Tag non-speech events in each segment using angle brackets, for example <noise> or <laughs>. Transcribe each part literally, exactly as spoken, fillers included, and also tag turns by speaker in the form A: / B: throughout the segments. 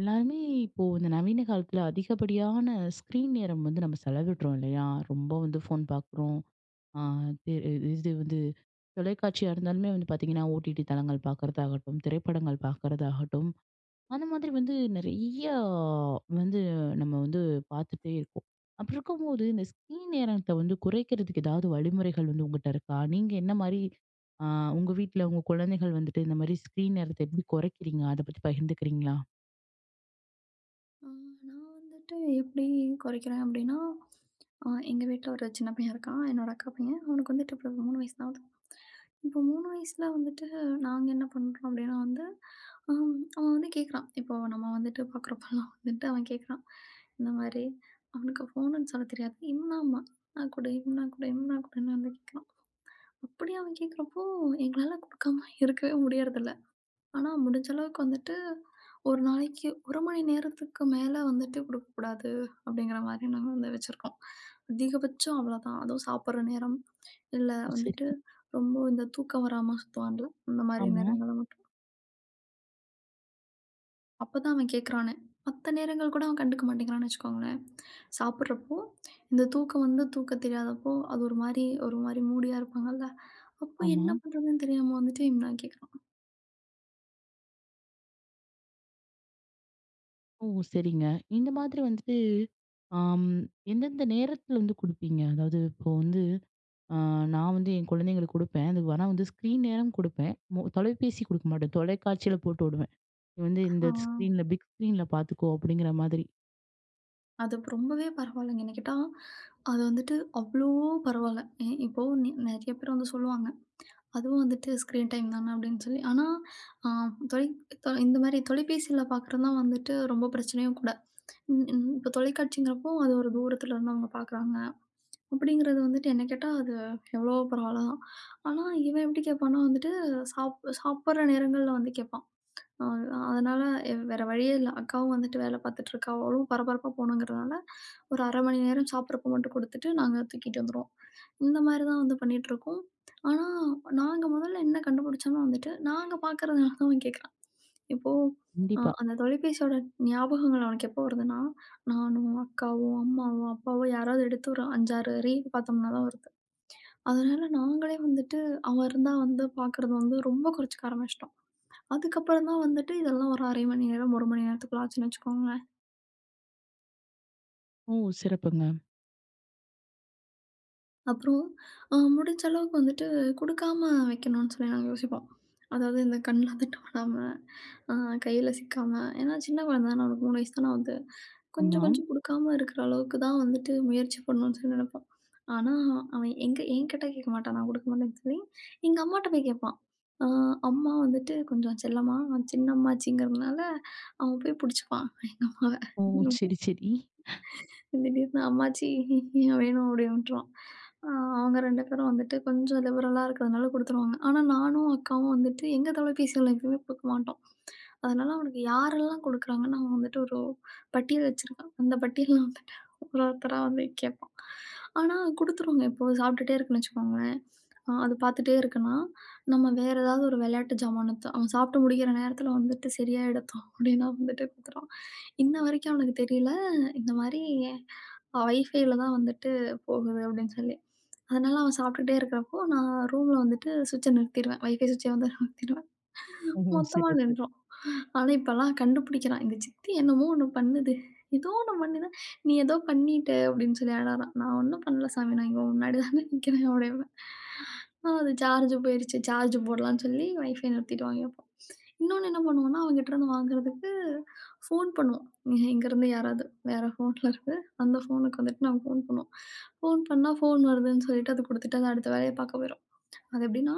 A: எல்லாருமே இப்போ இந்த நவீன காலத்துல அதிகப்படியான ஸ்கிரீன் நேரம் வந்து நம்ம செலவிடுறோம் இல்லையா? ரொம்ப வந்து ஃபோன் பாக்குறோம். ஆ இது இது வந்து தொலைக்காட்சியா இருந்தாலுமே வந்து பாத்தீங்கன்னா, ஓடிடி தளங்கள் பாக்குறதாகட்டும், திரைப்படங்கள் பாக்குறதாகட்டும், அந்த மாதிரி வந்து நெறைய வந்து நம்ம வந்து பாத்துட்டே இருக்கோம். அப்படி இருக்கும்போது, இந்த ஸ்கிரீன் நேரத்த வந்து குறைக்கிறதுக்கு ஏதாவது வழிமுறைகள் வந்து உங்கட்ட இருக்கா? நீங்க என்ன மாரி ஆ உங்க வீட்ல உங்க குழந்தைகள் வந்துட்டு இந்த மாரி ஸ்கிரீன் நேரத்த எப்படி குறைக்கிறீங்க? அத பத்தி பகிர்ந்துக்கிறீங்களா?
B: ஆ, நான் வந்துட்டு எப்படி குறைக்கிறேன் அப்படின்னா, அ எங்க வீட்ல ஒரு சின்ன பையன் இருக்கான். என்னோட அக்கா பையன். அவனுக்கு வந்துட்டு இப்போ மூணு வயசு தான் ஆகுது. இப்போ மூணு வயசுல வந்துட்டு நாங்க என்ன பண்றோம் அப்படின்னா வந்து, அம் அவன் வந்து கேட்குறான். இப்போ நம்ம வந்துட்டு பார்க்குறப்பலாம் வந்துட்டு அவன் கேட்குறான். இந்த மாதிரி அவனுக்கு ஃபோனுன்னு சொல்ல தெரியாது. "இம்னாம்மா, இம்னா குடு, இம்னா குடு, இம்னா குடுன்னு" வந்து கேட்குறான். அப்படி அவன் கேட்குறப்போ, எங்களால குடுக்காம இருக்கவே முடியறதில்ல. ஆனா முடிஞ்ச அளவுக்கு வந்துட்டு ஒரு நாளைக்கு ஒரு மணி நேரத்துக்கு மேல வந்துட்டு குடுக்கக்கூடாது, அப்படிங்கிற மாரி நாங்க வந்து வச்சிருக்கோம். அதிகபட்சம் அவ்வளோதான். அதுவும் சாப்பிடுற நேரம், இல்ல
A: ஓ! சரி.
B: வந்துட்டு ரொம்ப இந்த தூக்கம் வராம சுத்துவான்ல, அந்த மாரி
A: ஆமா,
B: நேரங்கள்ல மட்டும். அப்பதான் அவன் கேட்குறானே. மத்த நேரங்கள் கூட அவன் கண்டுக்க மாட்டேங்கிறான்னு வச்சுக்கோங்களேன். சாப்பிடுறப்போ, இந்த தூக்கம் வந்து தூக்கம் தெரியாதப்போ, அது ஒரு மாரி ஒரு மாரி மூடியா இருப்பாங்கல்ல, அப்போ
A: ஆமா.
B: என்ன பண்றதுன்னு தெரியாம வந்துட்டு இவன் கேட்குறான்.
A: ஓ! சரிங்க. இந்த மாதிரி வந்துட்டு, ஆம், எந்தெந்த நேரத்துல வந்து குடுப்பீங்க? அதாவது இப்போ வந்து, அ நான் வந்து என் குழந்தைங்களுக்கு குடுப்பேன். அது ஆனா வந்து ஸ்க்ரீன் நேரம் குடுப்பேன். மொ தொலைபேசி குடுக்க மாட்டேன். தொலைக்காட்சியில போட்டு விடுவேன். "நீ வந்து இந்த
B: ஆ.
A: ஸ்க்ரீன்ல, பிக் ஸ்க்ரீன்ல பாத்துக்கோ" அப்படிங்கிற மாதிரி.
B: அது அப்ப ரொம்பவே பரவாயில்லங்க. என்ன கேட்டா, அது வந்துட்டு அவ்ளோ பரவால்ல. எ இப்போ நி நெறைய பேர் வந்து சொல்லுவாங்க. அதுவும் வந்துட்டு ஸ்க்ரீன் டைம் தானே அப்படின்னு சொல்லி. ஆனா, அ தொலை தொ இந்த மாரி தொலைபேசியில பார்க்குறது தான் வந்துட்டு ரொம்ப பிரச்சனையும் கூட. ம் ம் இப்போ தொலைக்காட்சிங்கிறப்போ, அது ஒரு தூரத்துல இருந்து அவங்க பார்க்குறாங்க. அப்படிங்கிறது வந்துட்டு என்ன கேட்டா, அது எவ்வளவோ பரவால்ல தான். ஆனா, இவன் எப்படி கேட்பான்னா வந்துட்டு, சாப் சாப்பிடுற நேரங்கள்ல வந்து கேட்பான். அ அதனால எ- வேற வழியே இல்ல. அக்காவும் வந்துட்டு வேல பார்த்துட்டு இருக்கா. அவளும் பரபரப்பா போணுங்கிறதுனால, ஒரு அரை மணி நேரம் சாப்பிடுறப்ப மட்டும் குடுத்துட்டு, நாங்க தூக்கிட்டு வந்துருவோம். இந்த மாரி தான் வந்து பண்ணிட்டுருக்கோம். ஆனா, நாங்க முதல்ல என்ன கண்டுபிடிச்சோம்னா வந்துட்டு, நாங்க பார்க்கறதுனால தான் அவன் கேட்கறான். இப்போ அ
A: கண்டிப்பா.
B: அந்த தொலைபேசியோட ஞாபகங்கள் அவனுக்கு எப்போ வருதுன்னா, நானும், அக்காவும், அம்மாவும், அப்பாவும் யாராவது எடுத்து ஒரு அஞ்சு, ஆறு ரீல் பார்த்தோம்னா தான் வருது. அதனால நாங்களே வந்துட்டு அவன் இருந்தா வந்து பார்க்கறது வந்து ரொம்ப குறைச்சுக்க ஆரம்பிச்சுட்டோம். அதுக்கப்புறம் தான் வந்துட்டு இதெல்லாம் ஒரு அரை மணி நேரம், ஒரு மணி நேரத்துக்குள்ள ஆச்சுன்னு வச்சுக்கோங்களேன்.
A: ஓ! சிறப்புங்க.
B: அப்புறம் அ முடிஞ்ச அளவுக்கு வந்துட்டு குடுக்காம வைக்கணும்னு சொல்லி நாங்க யோசிப்போம். அதாவது இந்த கண்ல தட்ட விடாம, <laughs> அ கையில சிக்காம. ஏன்னா சின்ன குழந்த தான அவனுக்கு மூணு வயசு தானே ஆகுது. கொஞ்சம்
A: ஆமாம்.
B: கொஞ்சம் குடுக்காம இருக்கிற அளவுக்கு தான் வந்துட்டு முயற்சி பண்ணணும்னு சொல்லி நினைப்போம். ஆனா அவன் எங்க என்கிட்ட கேட்க மாட்டான். நான் குடுக்க மாட்டேன்னு சொல்லி, எங்க அம்மாட்ட போய் கேட்பான். அ அம்மா வந்துட்டு கொஞ்சம் செல்லமா, அவன் சின்ன அம்மாச்சிங்கிறதுனால அவன் போய் புடிச்சுப்பான் எங்க அம்மாவ.
A: ஓ! சரி, சரி.
B: திடீர்னு அம்மாச்சி வேணும் அப்படின்ட்டுருவான். அ அவங்க ரெண்டு பேரும் வந்துட்டு கொஞ்சம் லிபரலா இருக்கிறதுனால குடுத்துருவாங்க. ஆனா நானும், அக்காவும் வந்துட்டு எங்க தொலைபேசிகள்ல எப்பயுமே குடுக்க மாட்டோம். அதனால அவனுக்கு யாரெல்லாம் குடுக்குறாங்கன்னு அவன் வந்துட்டு ஒரு பட்டியல் வச்சிருக்கான். அந்த பட்டியல்ல வந்துட்டு ஒரு ஒருத்தரா வந்து கேட்பான். ஆனா குடுத்துருவாங்க. இப்போ சாப்பிட்டுட்டே இருக்குன்னு வச்சுக்கோங்களேன். அ அது பார்த்துட்டே இருக்குன்னா, நம்ம வேற ஏதாவது ஒரு விளையாட்டு ஜாமானத்த அவன் சாப்பிட்டு முடிக்கிற நேரத்துல வந்துட்டு சரியா எடுத்தோம் அப்படின்னா வந்துட்டு குடுத்துருவான். இன்ன வரைக்கும் அவனுக்கு தெரியல. இந்த மாரி வைஃபைல தான் வந்துட்டு போகுது அப்படின்னு சொல்லி. அதனால அவன் சாப்பிட்டுட்டே இருக்கிறப்போ, நான் ரூம்ல வந்துட்டு சுவிட்ச நிறுத்திருவேன். வைஃபை சுவிட்சை வந்து <laughs> நிறுத்திருவேன்.
A: ஓ!
B: மொத்தமா
A: சிறப்பு.
B: நின்றும். ஆனா இப்பலாம் கண்டுபிடிக்கிறான். எங்க சித்தி என்னமோ ஒண்ணு பண்ணுது. ஏதோ ஒண்ணு பண்ணிதான் நீ ஏதோ பண்ணிட்ட அப்படின்னு சொல்லி அழறான். நான் ஒண்ணும் பண்ணல சாமி. நான் இங்க முன்னாடி தானே நிக்கிறேன் அப்படிம்பேன். ஆனா அது சார்ஜ் போயிருச்சு. சார்ஜ் போடலாம்ன்னு சொல்லி வைஃபை நிறுத்திட்டு வாங்கிப்போம். இன்னொன்னு என்ன பண்ணுவோம்னா, அவங்ககிட்டருந்து வாங்குறதுக்கு ஃபோன் பண்ணுவோம். இ இங்கருந்து யாராவது வேற ஃபோன்ல இருந்து அந்த ஃபோனுக்கு வந்துட்டு நாங்க ஃபோன் பண்ணுவோம். ஃபோன் பண்ணா ஃபோன் வருதுன்னு சொல்லிட்டு அது குடுத்துட்டு அது அடுத்த வேலைய பார்க்க போயிரும். அது எப்படின்னா,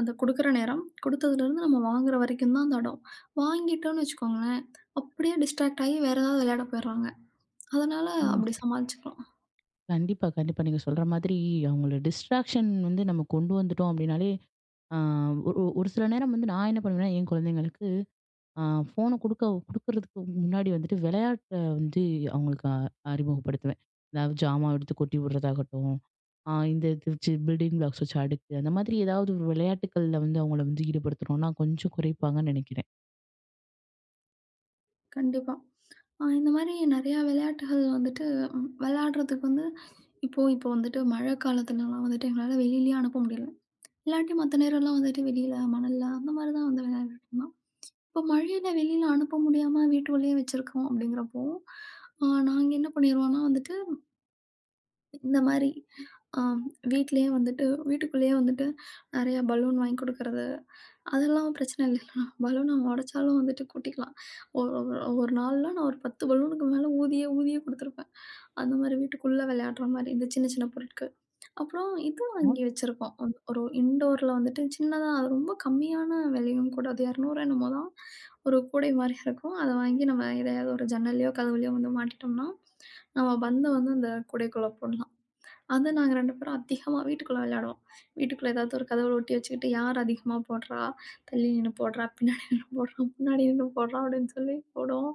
B: அந்த குடுக்குற நேரம், குடுத்ததுலேருந்து நம்ம வாங்குற வரைக்கும் தான் அந்த இடம். வாங்கிட்டோம்னு வச்சுக்கோங்களேன், அப்படியே டிஸ்ட்ராக்ட் ஆகி வேற ஏதாவது விளையாட போயிடுறாங்க. அதனால
A: ம்.
B: அப்படி சமாளிச்சுக்கலாம்.
A: கண்டிப்பா, கண்டிப்பா. நீங்க சொல்ற மாதிரி அவங்கள டிஸ்ட்ராக்ஷன் வந்து நம்ம கொண்டு வந்துட்டோம் அப்படின்னாலே, ஆ ஒரு ஒரு சில நேரம் வந்து நான் என்ன பண்ணுவேன்னா, என் குழந்தைங்களுக்கு ஆ ஃபோன குடுக்க குடுக்குறதுக்கு முன்னாடி வந்துட்டு விளையாட்ட வந்து அவங்களுக்கு அ அறிமுகப்படுத்துவேன். அதாவது ஜாமான் எடுத்து கொட்டி விடுறதாகட்டும், ஆ இந்த இது வச்சு பில்டிங் பிளாக்ஸ் வச்சு அடுக்கு, அந்த மாதிரி ஏதாவது ஒரு விளையாட்டுக்கள்ல வந்து அவங்கள வந்து ஈடுபடுத்துனோம்னா கொஞ்சம் குறைப்பாங்கன்னு நினைக்கிறேன்.
B: கண்டிப்பா. அ இந்த மாரி நெறையா விளையாட்டுகள் வந்துட்டு ம் விளையாடுறதுக்கு வந்து இப்போ இப்போ வந்துட்டு மழை காலத்துலலாம் வந்துட்டு எங்களால வெளிலயே அனுப்ப முடியல. இல்லாட்டி மத்த நேரம்லாம் வந்துட்டு வெளியில மணல்ல அந்த மாரி தான் வந்து விளையாண்டுட்டு இருந்தோம். இப்ப மழையில வெளியில அனுப்ப முடியாம வீட்டுக்குள்ளேயே வச்சிருக்கோம் அப்படிங்கிறப்போ, அ நாங்க என்ன பண்ணிருவோம்னா வந்துட்டு, இந்த மாரி அ வீட்லயே வந்துட்டு வீட்டுக்குள்ளேயே வந்துட்டு நெறைய பலூன் வாங்கி குடுக்கறது, அதெல்லாம் பிரச்சனை இல்ல. பலூன உடைச்சாலும் வந்துட்டு கொட்டிக்கலாம். ஒரு ஒரு ஒரு நாள்லாம் நான் ஒரு பத்து பலூனுக்கு மேல ஊதியே ஊதியே குடுத்துருப்பேன். அந்த மாரி வீட்டுக்குள்ள விளையாடுற மாரி இந்த சின்ன சின்ன பொருட்கள். அப்புறம் இதுவும் வாங்கி வச்சிருக்கோம். ஒ ஒரு இன்டோர்ல வந்துட்டு சின்னதா அது ரொம்ப கம்மியான விலையும் கூட. அது இருநூறு என்னமோ தான். ஒரு கூடை மாரி இருக்கும். அத வாங்கி நம்ம எதையாவது ஒரு ஜன்னல்லையோ, கதவுலையோ வந்து மாட்டிட்டோம்னா, நம்ம பந்த வந்து அந்த கூடைக்குள்ள போடலாம். அது நாங்க ரெண்டு பேரும் அதிகமா வீட்டுக்குள்ள விளையாடுவோம். வீட்டுக்குள்ள ஏதாவது ஒரு கதவுல ஒட்டி வச்சுக்கிட்டு, யார் அதிகமா போடுறா, தள்ளி நின்னு போடுறா, பின்னாடி நின்னு போடுறா, முன்னாடி நின்னு போடுறா அப்படின்னு சொல்லி போடுவோம்.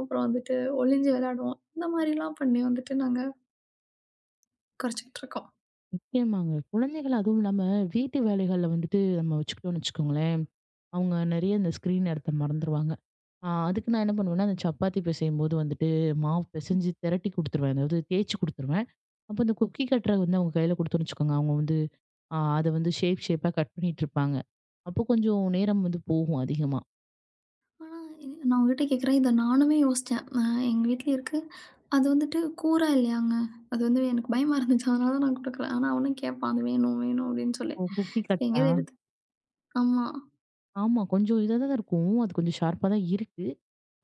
B: அப்புறம் வந்துட்டு ஒளிஞ்சு விளையாடுவோம். இந்த மாரிலாம் பண்ணி வந்துட்டு நாங்க குறைச்சுக்கிட்டு இருக்கோம்.
A: நிச்சயமாங்க. குழந்தைகள் அதுவும் இல்லாம வீட்டு வேலைகள்ல வந்துட்டு நம்ம வச்சுக்கிட்டோம்னு வச்சுக்கோங்களேன், அவங்க நெறைய இந்த ஸ்க்ரீன் நேரத்த மறந்துருவாங்க. ஆ அதுக்கு நான் என்ன பண்ணுவேன்னா, அந்த சப்பாத்தி பிசையும்போது வந்துட்டு மாவு பிசைஞ்சு திரட்டி குடுத்துருவேன். அதாவது தேய்ச்சு குடுத்துருவேன். அப்ப இந்த குக்கி கட்டர வந்து அவங்க கையில குடுத்தோம்னு வச்சுக்கோங்க, அவங்க வந்து அ அத வந்து ஷேப் ஷேப்பா கட் பண்ணிட்டு இருப்பாங்க. அப்போ கொஞ்சம் நேரம் வந்து போகும் அதிகமா.
B: ஆனா, இது நான் உங்ககிட்ட கேட்குறேன். இத நானுமே யோசிச்சேன். அ எங்க வீட்ல இருக்கு. அது வந்துட்டு கூரா இல்லையாங்க. அது வந்து எனக்கு பயமா இருந்துச்சு. அதனால தான் நான் குடுக்கல. ஆனா அவனும் கேட்பான். அது வேணும், வேணும் அப்படின்னு சொல்லி.
A: ஓ! குக்கி
B: சரி
A: கட்டா?
B: எங்கேயாவது எடுத்து ஆமா.
A: ஆமா. கொஞ்சம் இதா தான் இருக்கும். அது கொஞ்சம் ஷார்ப்பா தான் இருக்கு.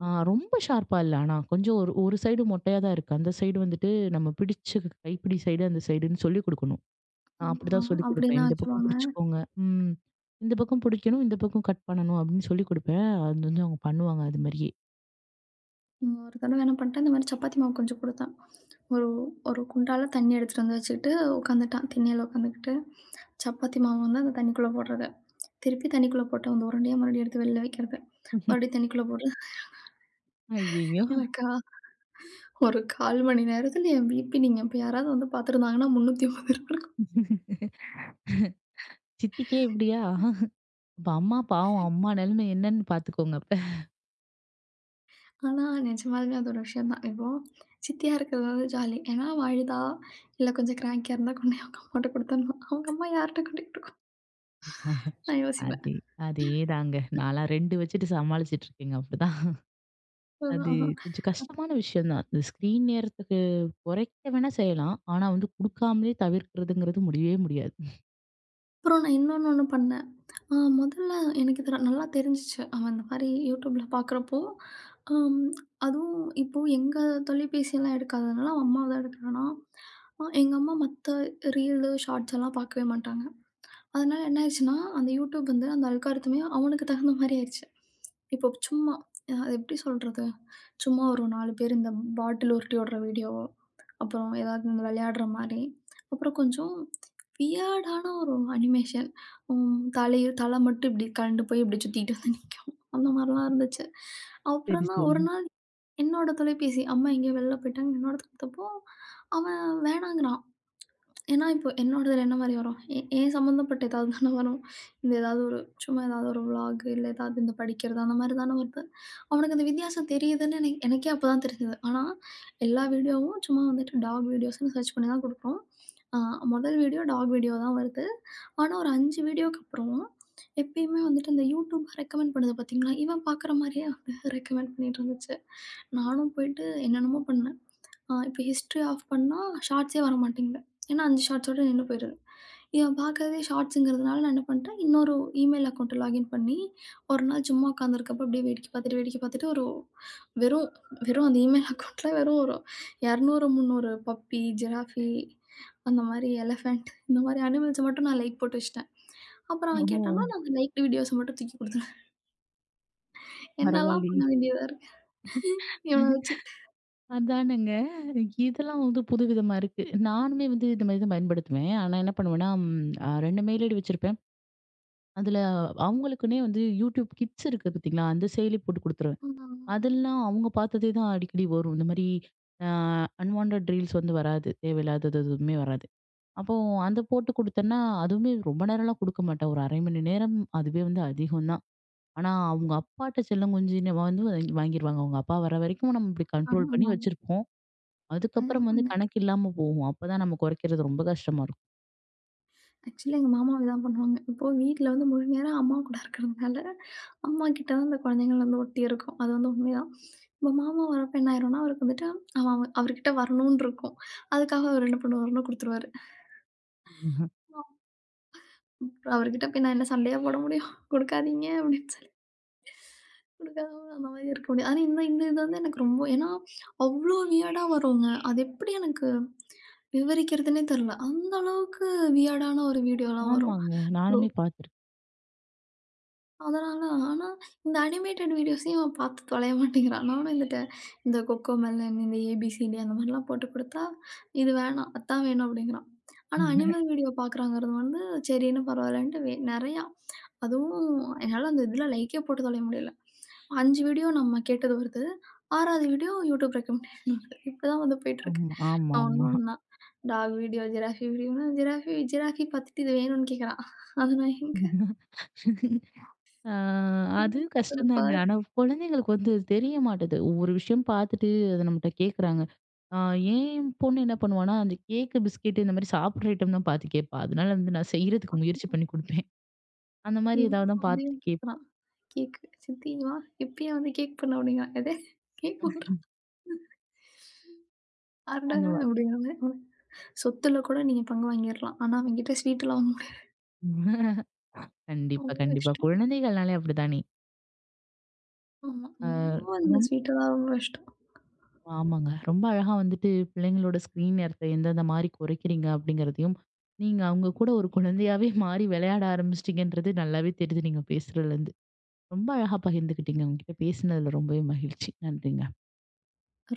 A: ஆ ரொம்ப ஷார்ப்பா இல்ல. ஆனா கொஞ்சம் ஒரு ஒரு சைடு மொட்டையா தான் இருக்கு. அந்த சைடு வந்துட்டு நம்ம பிடிச்ச கைப்பிடி சைடு அந்த சைடுன்னு சொல்லிக் குடுக்கணும். நான்
B: ஆமா.
A: அப்படிதான் சொல்லிக் குடுப்பேன்.
B: அப்படிதான்
A: இந்த பக்கம்
B: ஆச்சுவாங்க.
A: பிடிச்சுக்கோங்க. ம். இந்த பக்கம் பிடிக்கணும், இந்த பக்கம் கட் பண்ணணும் அப்படின்னு சொல்லிக் குடுப்பேன். அது வந்து அவங்க பண்ணுவாங்க அது மாரியே.
B: ஒரு தடவ என்ன பண்ணிட்டேன், இந்த மாரி சப்பாத்தி மாவு கொஞ்சம் குடுத்தான். ஒரு ஒரு குண்டான்ல தண்ணி எடுத்துட்டு வந்து வச்சுக்கிட்டு உட்காந்துட்டான். திண்ணையில உட்காந்துக்கிட்டு, சப்பாத்தி மாவு வந்து அந்த தண்ணிக்குள்ள போடுறது. திருப்பி தண்ணிக்குள்ள போட்டு அந்த உருண்டைய மறுபடியும் எடுத்து வெளில வைக்கிறது. மறுபடியும் தண்ணிக்குள்ள போடுறது.
A: ஐயய்யோ!
B: எனக்கா, ஒரு கால் மணி நேரத்துல என் பிபி நீங்க இப்ப யாராவது வந்து பார்த்துருந்தாங்கன்னா முந்நூத்தி ஐம்பது இருந்திருக்கும்.
A: சித்திக்கே இப்படியா? அப்ப அம்மா பாவம் அம்மா நிலைமை என்னன்னு பார்த்துக்கோங்க அப்ப.
B: ஆனா நிஜமாலுமே அது ஒரு விஷயம் தான். இப்போ சித்தியா இருக்கிறது வந்து ஜாலி. ஏன்னா, அழுதா, இல்ல கொஞ்சம் கிராங்கியா இருந்தா கொண்டு போய் அவங்க அம்மாட்ட குடுத்துடணும். அவங்க அம்மா யார்ட்ட கொண்டு போய் குடுக்கும்?
A: <laughs> ஆஹ.
B: நான் யோசிப்பேன்.
A: அதே அதேதாங்க. நான்லாம் ரெண்டு வச்சுட்டு சமாளிச்சுட்டு இருக்கேங்க. அப்படிதான்.
B: அதான்
A: அது
B: அஹ.
A: கொஞ்சம் கஷ்டமான விஷயம் தான். இந்த ஸ்க்ரீன் நேரத்துக்கு குறைக்க வேணா செய்யலாம். ஆனா வந்து குடுக்காமலே தவிர்க்கிறதுங்கிறது முடியவே முடியாது.
B: அப்புறம் நான் இன்னொன்னு ஒண்ணு பண்ணேன். அ முதல்ல எனக்கு இது நல்லா தெரிஞ்சுச்சு. அவன் இந்த மாரி YouTubeல பார்க்குறப்போ, அம் அதுவும் இப்போ எங்க தொலைபேசியெல்லாம் எடுக்காததுனால, அவன் அம்மாவ தான் எடுக்கிறானா. அ எங்க அம்மா மத்த ரீலு, ஷார்ட்ஸ் எல்லாம் பார்க்கவே மாட்டாங்க. அதனால என்ன ஆயிருச்சுன்னா, அந்த யூடியூப் வந்து அந்த அல்காரிதமே அவனுக்கு தகுந்த மாரி ஆயிருச்சு. இப்போ சும்மா அ அது எப்படி சொல்றது? சும்மா ஒரு நாலு பேர் இந்த பாட்டில் உருட்டி ஓடுற வீடியோ, அப்புறம் ஏதாவது இந்த விளையாடுற மாரி, அப்புறம் கொஞ்சம் வியர்டான ஒரு அனிமேஷன். ம் தலைய தலை மட்டும் இப்படி கழண்டு போய் இப்படி சுத்திட்டு வந்து நிக்கும். அந்த மாரிலாம் இருந்துச்சு.
A: சரி,
B: அப்புறம் தான்
A: சரி.
B: ஒரு நாள் என்னோட தொலைபேசி, அம்மா எங்கேயோ வெளில போயிட்டாங்க. என்னோடது குடுத்தப்போ, அவன் வேணாங்கிறான். ஏன்னா, இப்போ என்னோடதுல என்ன மாரி வரும்? எ என் சம்மந்தப்பட்ட ஏதாவது தானே வரும். இந்த ஏதாவது ஒரு சும்மா ஏதாவது ஒரு விளாக் இல்ல ஏதாவது இந்த படிக்கிறது அந்த மாரி தானே வருது. அவனுக்கு அந்த வித்தியாசம் தெரியுதுன்னு எனக் எனக்கே அப்ப தான் தெரிஞ்சது. ஆனா, எல்லா வீடியோவும் சும்மா வந்துட்டு டாக் வீடியோஸ்ன்னு சர்ச் பண்ணி தான் குடுக்குறோம். ஆ முதல் வீடியோ டாக் வீடியோ தான் வருது. ஆனா, ஒரு அஞ்சு வீடியோக்கு அப்புறம் எப்பயுமே வந்துட்டு இந்த யூடியூப் ரெக்கமெண்ட் பண்ணுது பார்த்தீங்களா? இவன் பார்க்குற மாரியே வந்து ரெக்கமெண்ட் பண்ணிட்டு இருந்துச்சு. நானும் போயிட்டு என்னென்னமோ பண்ணேன். ஆ இப்போ ஹிஸ்ட்ரி ஆஃப் பண்ணா ஷார்ட்ஸே வரமாட்டேங்குது. ஏன்னா அஞ்சு ஷார்ட்ஸோட நின்னு போயிடுது. இத பார்க்கவே ஷார்ட்ஸுங்கிறதுனால நான் என்ன பண்ட்டேன், இன்னொரு இமெயில் அக்கவுண்ட்ட லாகின் பண்ணி, ஒரு நாள் சும்மா உட்காந்துருக்கப்ப அப்படியே வேடிக்கை பார்த்துட்டு, வேடிக்கை பார்த்துட்டு ஒரு வெறும் வெறும் அந்த இமெயில் அக்கவுண்ட்ல வெறும் ஒரு இருநூறு, முந்நூறு பப்பி, ஜிராஃபி அந்த மாரி எலஃபண்ட் இந்த மாரி அனிமல்ஸ மட்டும் நான் லைக் போட்டு வச்சுட்டேன். அப்புறம் அவன்
A: ஓஹோ!
B: கேட்டான்னா, நான் அந்த லைக்டு வீடியோஸ மட்டும் தூக்கி குடுத்துட்டேன். என்னல்லாம் பண்ண
A: பரவாயில்லயே!
B: வேண்டியதா இருக்கு. இவன வச்சுக்கிட்டு.
A: அதானங்க. இதெல்லாம் வந்து புதுவிதமா இருக்கு. நானுமே வந்து இந்த மாரி தான் பயன்படுத்துவேன். ஆனா என்ன பண்ணுவேன்னா, ம் அ ரெண்டு மெயில் ஐடி வச்சிருப்பேன். அதுல அவங்களுக்குன்னே வந்து YouTube கிட்ஸ் இருக்கு பார்த்தீங்களா? அந்த செயலி போட்டு குடுத்துருவேன்.
B: ம்.
A: அதெல்லாம் அவங்க பார்த்ததே தான் அடிக்கடி வரும். இந்த மாரி அ அன்வான்டட் ரீல்ஸ் வந்து வராது. தேவையில்லாதது எதுவுமே வராது. அப்போ அந்த போட்டு குடுத்தேன்னா, அதுவுமே ரொம்ப நேரம்லாம் குடுக்க மாட்டேன். ஒரு அரை மணி நேரம் அதுவே வந்து அதிகம் தான். ஆனா, அவங்க அப்பாட்ட செல்லம் கொஞ்சமா வந்து வாங்கி வாங்கிருவாங்க. அவங்க அப்பா வர வரைக்கும் நம்ம இப்படி
B: ஆமா,
A: கண்ட்ரோல் பண்ணி
B: ஆமா.
A: வச்சிருப்போம். அதுக்கப்புறம் வந்து
B: ஆமாங்க.
A: கணக்கு இல்லாம போகும். அப்பதான் நம்ம குறைக்கிறது ரொம்ப கஷ்டமா இருக்கும்.
B: ஆக்சுவலி எங்க மாமா இதான் பண்ணுவாங்க. இப்போ வீட்ல வந்து முழு நேரம் அம்மா கூட இருக்கிறதுனால, அம்மா கிட்ட தான் இந்த குழந்தைகள் வந்து ஒட்டி இருக்கும். அது வந்து உண்மைதான். இப்போ மாமா வரப்ப என்ன ஆயிரும்னா, அவருக்கு வந்துட்டு அவன் அவ அவர்கிட்ட வரணும்னு இருக்கும். அதுக்காக அவர் என்ன பண்ணுவாருன்னா குடுத்துருவாரு. அவர்கிட்ட போய் நான் என்ன சண்டையா போட முடியும்? குடுக்காதீங்க அப்படின்னு சொல்லி. குடுக்காம அந்த மாதிரி இருக்க முடியாது. ஆனா இந்த இந்த இது வந்து எனக்கு ரொம்ப ஏன்னா, அவ்ளோ வியர்டா வருங்க. அது எப்படி எனக்கு விவரிக்கிறதுன்னே தெரியல. அந்த அளவுக்கு வியர்டான ஒரு வீடியோலாம் வரும்.
A: ஆமாங்க. நானுமே பார்த்துருக்கேன்.
B: அதனால ஆனா, இந்த அனிமேட்டட் வீடியோஸையும் அவன் பார்த்து தொலைய மாட்டேங்கிறான். நானும் இந்த ட- இந்த கொக்கோ மெலன், இந்த ஏபிசிடி அந்த மாரிலாம் போட்டு குடுத்தா, இது வேணாம், அதான் வேணும் அப்படிங்கிறான். ஆனா அனிமல் வீடியோ பார்க்குறாங்கிறது வந்து சரின்னு பரவாயில்லன்ட்டு வே நெறையா. அதுவும் என்னால அந்த இதில லைக்கே போட்டு தொலைய முடியல. அஞ்சு வீடியோ நம்ம கேட்டது வருது. ஆறாவது வீடியோ யூடியூப் ரெக்கமெண்டேஷன் வருது. இப்படிதான் வந்து போயிட்டுருக்கு.
A: ஆமா,
B: ஒண்ணு
A: ஆமாமா.
B: ஒண்ணா. டாக் வீடியோ, ஜிராஃபி வீடியோன்னு ஜிராஃபி ஜிராஃபி பார்த்துட்டு இது வேணும்னு கேட்குறான். அது நான் எங்க
A: ஆ அது
B: அது பா
A: கஷ்டம்தாங்க. ஆனா குழந்தைங்களுக்கு வந்து அது தெரிய மாட்டுது. ஒவ்வொரு விஷயம் பார்த்துட்டு அத நம்மட்ட கேட்குறாங்க. ஆ என் பொண்ணு என்ன பண்ணுவான்னா, அந்த கேக்கு, பிஸ்கெட் இந்த மாரி சாப்பிடுற ஐட்டம் தான் பார்த்து கேட்பா. அதனால வந்து நான் செய்றதுக்கு முயற்சி பண்ணி குடுப்பேன். அந்த மாரி ஏதாவது
B: இவனும்
A: தான்
B: அதையும்
A: பார்த்துட்டு கேட்பா.
B: கேட்குறான். கேக் சித்தி வா, இப்பயே வந்து கேக் பண்ணு அப்படிங்கிறான். எது? கேக் பண்றா? அடடா!
A: அந்த மாரி.
B: அப்படிங்கிற மாரி சொத்துல கூட நீங்க பங்கு வாங்கிரலாம். ஆனா அவன்கிட்ட ஸ்வீட்லாம் வாங்க முடியாது.
A: <laughs> கண்டிப்பா,
B: அவ்ளோ
A: கண்டிப்பா.
B: இஷ்டம்.
A: குழந்தைகள்னாலே அப்படித்தானே.
B: ஆமா.
A: ஆ
B: ரொம்ப அந்த
A: ரொம்
B: ஸ்வீட்டெல்லாம் ரொம்ப இஷ்டம்.
A: ஆமாங்க. ரொம்ப அழகா வந்துட்டு பிள்ளைங்களோட ஸ்க்ரீன் நேரத்த எந்தெந்த மாரி குறைக்கிறீங்க அப்படிங்கிறதையும், நீங்க அவங்க கூட ஒரு குழந்தையாவே மாறி விளையாட ஆரம்பிச்சிட்டீங்கன்றது நல்லாவே தெரியுது நீங்க பேசுறதுலருந்து. ரொம்ப அழகா பகிர்ந்துக்கிட்டீங்க. உங்ககிட்ட பேசினதுல ரொம்பவே மகிழ்ச்சி. நன்றிங்க.